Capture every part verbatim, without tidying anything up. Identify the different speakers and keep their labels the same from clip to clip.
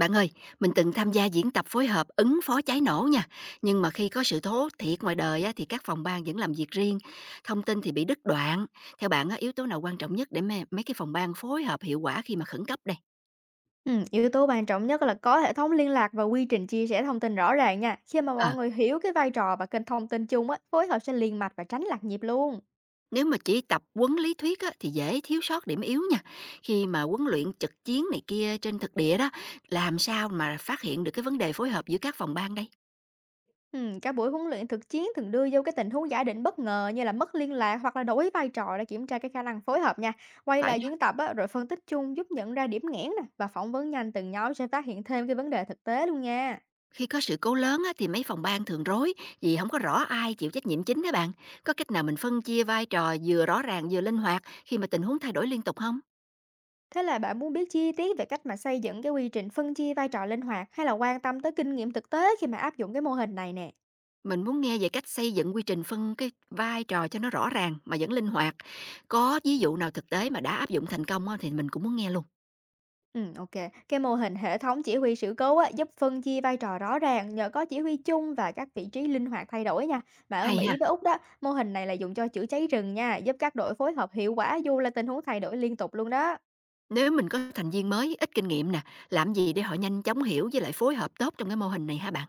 Speaker 1: Bạn ơi, mình từng tham gia diễn tập phối hợp ứng phó cháy nổ nha, nhưng mà khi có sự thố thiệt ngoài đời á, thì các phòng ban vẫn làm việc riêng, thông tin thì bị đứt đoạn. Theo bạn, á, yếu tố nào quan trọng nhất để mê- mấy cái phòng ban phối hợp hiệu quả khi mà khẩn cấp đây?
Speaker 2: Ừm, yếu tố quan trọng nhất là có hệ thống liên lạc và quy trình chia sẻ thông tin rõ ràng nha. Khi mà mọi
Speaker 1: Ờ,
Speaker 2: người hiểu cái vai trò và kênh thông tin chung á, phối hợp sẽ liền mạch và tránh lạc nhịp luôn.
Speaker 1: nếu mà chỉ tập huấn lý thuyết á, thì dễ thiếu sót điểm yếu nha. Khi mà huấn luyện trực chiến này kia trên thực địa đó, làm sao mà phát hiện được cái vấn đề phối hợp giữa các phòng ban đây?
Speaker 2: Ừm, các buổi huấn luyện thực chiến thường đưa vô cái tình huống giả định bất ngờ như là mất liên lạc hoặc là đổi vai trò để kiểm tra cái khả năng phối hợp nha. Quay
Speaker 1: Phải.
Speaker 2: lại diễn tập á, rồi phân tích chung giúp nhận ra điểm nghẽn nè, và phỏng vấn nhanh từng nhóm sẽ phát hiện thêm cái vấn đề thực tế luôn nha.
Speaker 1: Khi có sự cố lớn á, thì mấy phòng ban thường rối vì không có rõ ai chịu trách nhiệm chính đó bạn. Có cách nào mình phân chia vai trò vừa rõ ràng vừa linh hoạt khi mà tình huống thay đổi liên tục không?
Speaker 2: Thế là bạn muốn biết chi tiết về cách mà xây dựng cái quy trình phân chia vai trò linh hoạt, hay là quan tâm tới kinh nghiệm thực tế khi mà áp dụng cái mô hình này nè?
Speaker 1: Mình muốn nghe về cách xây dựng quy trình phân cái vai trò cho nó rõ ràng mà vẫn linh hoạt. Có ví dụ nào thực tế mà đã áp dụng thành công á, thì mình cũng muốn nghe luôn.
Speaker 2: Ừm, ok. Cái mô hình hệ thống chỉ huy sự cố á, giúp phân chia vai trò rõ ràng nhờ có chỉ huy chung và các vị trí linh hoạt thay đổi nha. Mà ở
Speaker 1: Hay
Speaker 2: Mỹ
Speaker 1: ha,
Speaker 2: với Úc đó, mô hình này là dùng cho chữa cháy rừng nha, giúp các đội phối hợp hiệu quả dù là tình huống thay đổi liên tục luôn đó.
Speaker 1: nếu mình có thành viên mới ít kinh nghiệm nè, làm gì để họ nhanh chóng hiểu với lại phối hợp tốt trong cái mô hình này hả bạn?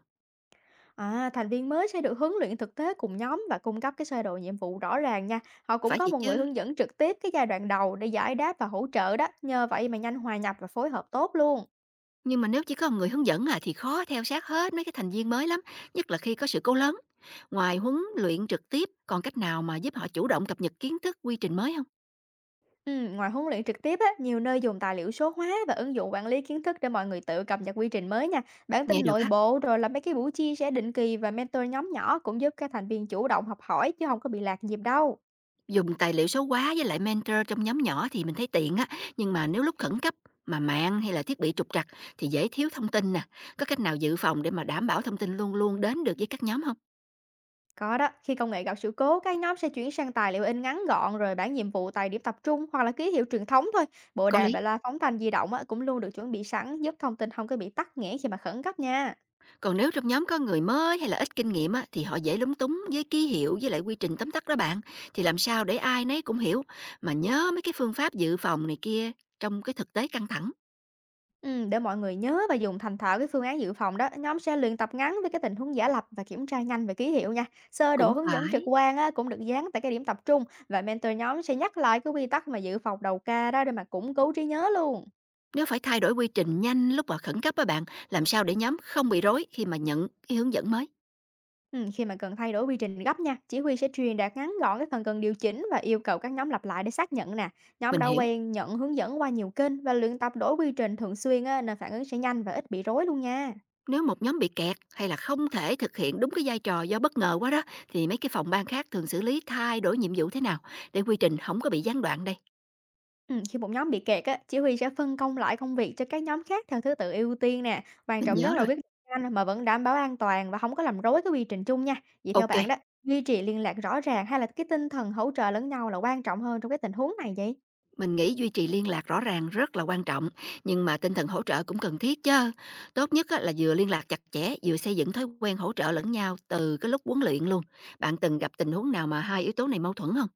Speaker 2: À, thành viên mới sẽ được huấn luyện thực tế cùng nhóm và cung cấp cái sơ đồ nhiệm vụ rõ ràng nha. Họ cũng
Speaker 1: Phải
Speaker 2: có
Speaker 1: vậy
Speaker 2: một người
Speaker 1: chứ?
Speaker 2: hướng dẫn trực tiếp cái giai đoạn đầu để giải đáp và hỗ trợ đó, nhờ vậy mà nhanh hòa nhập và phối hợp tốt luôn.
Speaker 1: Nhưng mà nếu chỉ có một người hướng dẫn à thì khó theo sát hết mấy cái thành viên mới lắm, nhất là khi có sự cố lớn. Ngoài huấn luyện trực tiếp, còn cách nào mà giúp họ chủ động cập nhật kiến thức, quy trình mới không?
Speaker 2: Ừ, ngoài huấn luyện trực tiếp á, nhiều nơi dùng tài liệu số hóa và ứng dụng quản lý kiến thức để mọi người tự cập nhật quy trình mới nha. Bản
Speaker 1: Nghe
Speaker 2: tin
Speaker 1: được
Speaker 2: nội
Speaker 1: á,
Speaker 2: bộ rồi là mấy cái buổi chia sẻ định kỳ và mentor nhóm nhỏ cũng giúp các thành viên chủ động học hỏi chứ không có bị lạc nhịp đâu.
Speaker 1: dùng tài liệu số hóa với lại mentor trong nhóm nhỏ thì mình thấy tiện á, nhưng mà nếu lúc khẩn cấp mà mạng hay là thiết bị trục trặc thì dễ thiếu thông tin nè. Có cách nào dự phòng để mà đảm bảo thông tin luôn luôn đến được với các nhóm không?
Speaker 2: Có đó, khi công nghệ gặp sự cố, các nhóm sẽ chuyển sang tài liệu in ngắn gọn, rồi bản nhiệm vụ tài điểm tập trung hoặc là ký hiệu truyền thống thôi. Bộ
Speaker 1: Có
Speaker 2: đàm
Speaker 1: lý.
Speaker 2: và loa phóng thanh di động á, cũng luôn được chuẩn bị sẵn, giúp thông tin không có bị tắc nghẽn khi mà khẩn cấp nha.
Speaker 1: Còn nếu trong nhóm có người mới hay là ít kinh nghiệm á, thì họ dễ lúng túng với ký hiệu với lại quy trình tóm tắt đó bạn. Thì làm sao để ai nấy cũng hiểu mà nhớ mấy cái phương pháp dự phòng này kia trong cái thực tế căng thẳng.
Speaker 2: Ừm, để mọi người nhớ và dùng thành thạo cái phương án dự phòng đó, nhóm sẽ luyện tập ngắn với cái tình huống giả lập và kiểm tra nhanh về ký hiệu nha. Sơ đồ
Speaker 1: Cũng
Speaker 2: hướng dẫn trực
Speaker 1: phải.
Speaker 2: quan á, cũng được dán tại cái điểm tập trung, và mentor nhóm sẽ nhắc lại cái quy tắc mà dự phòng đầu ca đó để mà củng cố trí nhớ luôn.
Speaker 1: Nếu phải thay đổi quy trình nhanh lúc mà khẩn cấp á bạn, làm sao để nhóm không bị rối khi mà nhận cái hướng dẫn mới?
Speaker 2: Ừm, khi mà cần thay đổi quy trình gấp nha, chỉ huy sẽ truyền đạt ngắn gọn cái phần cần điều chỉnh và yêu cầu các nhóm lặp lại để xác nhận nè. Nhóm
Speaker 1: Mình
Speaker 2: đã
Speaker 1: hiểu,
Speaker 2: quen nhận hướng dẫn qua nhiều kênh và luyện tập đổi quy trình thường xuyên á, nên phản ứng sẽ nhanh và ít bị rối luôn nha.
Speaker 1: nếu một nhóm bị kẹt hay là không thể thực hiện đúng cái vai trò do bất ngờ quá đó thì mấy cái phòng ban khác thường xử lý thay đổi nhiệm vụ thế nào để quy trình không có bị gián đoạn đây.
Speaker 2: Ừm, khi một nhóm bị kẹt á, chỉ huy sẽ phân công lại công việc cho các nhóm khác theo thứ tự ưu tiên nè. Quan
Speaker 1: Mình
Speaker 2: trọng nhất
Speaker 1: nhớ
Speaker 2: là
Speaker 1: rồi.
Speaker 2: quyết định nhanh mà vẫn đảm bảo an toàn và không có làm rối cái quy trình chung nha. Vậy theo
Speaker 1: Ok.
Speaker 2: bạn đó, duy trì liên lạc rõ ràng hay là cái tinh thần hỗ trợ lẫn nhau là quan trọng hơn trong cái tình huống này vậy?
Speaker 1: Mình nghĩ duy trì liên lạc rõ ràng rất là quan trọng, nhưng mà tinh thần hỗ trợ cũng cần thiết chứ. Tốt nhất á, là vừa liên lạc chặt chẽ, vừa xây dựng thói quen hỗ trợ lẫn nhau từ cái lúc huấn luyện luôn. Bạn từng gặp tình huống nào mà hai yếu tố này mâu thuẫn không?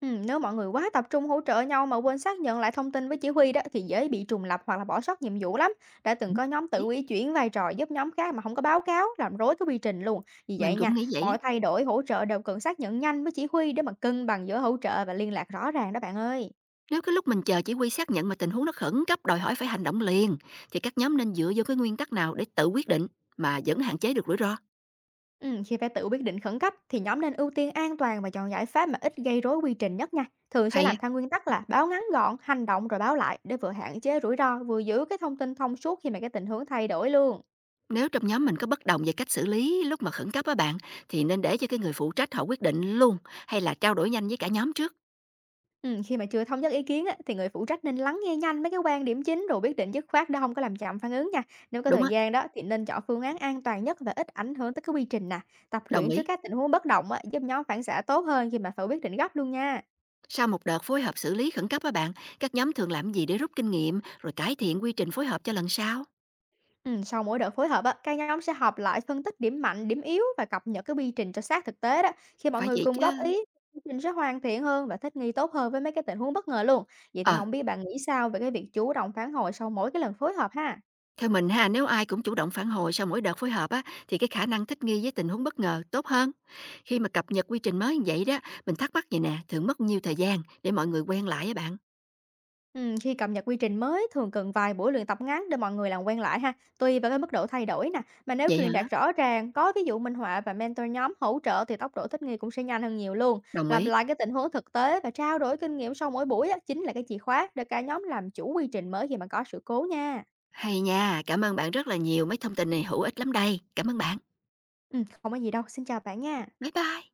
Speaker 2: Ừm, nếu mọi người quá tập trung hỗ trợ nhau mà quên xác nhận lại thông tin với chỉ huy đó, thì dễ bị trùng lập hoặc là bỏ sót nhiệm vụ lắm. Đã từng
Speaker 1: Ừ.
Speaker 2: có nhóm
Speaker 1: Ý,
Speaker 2: tự ý chuyển vai trò giúp nhóm khác mà không có báo cáo, làm rối cái quy trình luôn. Vì
Speaker 1: mình
Speaker 2: vậy nha,
Speaker 1: cũng nghĩ vậy
Speaker 2: mọi
Speaker 1: á.
Speaker 2: thay đổi hỗ trợ đều cần xác nhận nhanh với chỉ huy để mà cân bằng giữa hỗ trợ và liên lạc rõ ràng đó bạn ơi.
Speaker 1: Nếu cái lúc mình chờ chỉ huy xác nhận mà tình huống nó khẩn cấp đòi hỏi phải hành động liền, thì các nhóm nên dựa vô cái nguyên tắc nào để tự quyết định mà vẫn hạn chế được rủi ro?
Speaker 2: Ừm, khi phải tự quyết định khẩn cấp thì nhóm nên ưu tiên an toàn và chọn giải pháp mà ít gây rối quy trình nhất nha. Thường sẽ làm
Speaker 1: Hay.
Speaker 2: theo nguyên tắc là báo ngắn gọn, hành động rồi báo lại, để vừa hạn chế rủi ro, vừa giữ cái thông tin thông suốt khi mà cái tình huống thay đổi luôn.
Speaker 1: Nếu trong nhóm mình có bất đồng về cách xử lý lúc mà khẩn cấp á bạn, thì nên để cho cái người phụ trách họ quyết định luôn hay là trao đổi nhanh với cả nhóm trước,
Speaker 2: Ừm, khi mà chưa thống nhất ý kiến á, thì người phụ trách nên lắng nghe nhanh mấy cái quan điểm chính rồi quyết định dứt khoát để không có làm chậm phản ứng nha. Nếu có
Speaker 1: đúng
Speaker 2: thời
Speaker 1: á?
Speaker 2: gian đó thì nên chọn phương án an toàn nhất và ít ảnh hưởng tới cái quy trình nè. Tập
Speaker 1: Đồng
Speaker 2: luyện trước
Speaker 1: ý.
Speaker 2: các tình huống bất động á, giúp nhóm phản xạ tốt hơn khi mà phải quyết định gấp luôn nha.
Speaker 1: Sau một đợt phối hợp xử lý khẩn cấp á bạn, các nhóm thường làm gì để rút kinh nghiệm rồi cải thiện quy trình phối hợp cho lần sau?
Speaker 2: Ừm, sau mỗi đợt phối hợp á, các nhóm sẽ họp lại phân tích điểm mạnh, điểm yếu và cập nhật cái quy trình cho sát thực tế đó. Khi mọi
Speaker 1: Phải
Speaker 2: người
Speaker 1: vậy
Speaker 2: cùng góp
Speaker 1: chứ.
Speaker 2: ý, quy trình sẽ hoàn thiện hơn và thích nghi tốt hơn với mấy cái tình huống bất ngờ luôn. Vậy thì
Speaker 1: Ờ,
Speaker 2: không biết bạn nghĩ sao về cái việc chủ động phản hồi sau mỗi cái lần phối hợp ha?
Speaker 1: theo mình ha, nếu ai cũng chủ động phản hồi sau mỗi đợt phối hợp á thì cái khả năng thích nghi với tình huống bất ngờ tốt hơn. Khi mà cập nhật quy trình mới như vậy đó, mình thắc mắc vậy nè, thường mất nhiêu thời gian để mọi người quen lại á bạn?
Speaker 2: Ừm, khi cập nhật quy trình mới thường cần vài buổi luyện tập ngắn để mọi người làm quen lại ha, tùy vào cái mức độ thay đổi nè, mà nếu
Speaker 1: Vậy hả?
Speaker 2: truyền đạt rõ ràng, có ví dụ minh họa và mentor nhóm hỗ trợ thì tốc độ thích nghi cũng sẽ nhanh hơn nhiều luôn.
Speaker 1: Đồng
Speaker 2: Lặp
Speaker 1: ý.
Speaker 2: lại cái tình huống thực tế và trao đổi kinh nghiệm sau mỗi buổi á, chính là cái chìa khóa để cả nhóm làm chủ quy trình mới khi mà có sự cố nha.
Speaker 1: Hay nha, cảm ơn bạn rất là nhiều, mấy thông tin này hữu ích lắm đây. Cảm ơn bạn.
Speaker 2: Ừ, không có gì đâu, xin chào bạn nha.
Speaker 1: Bye bye.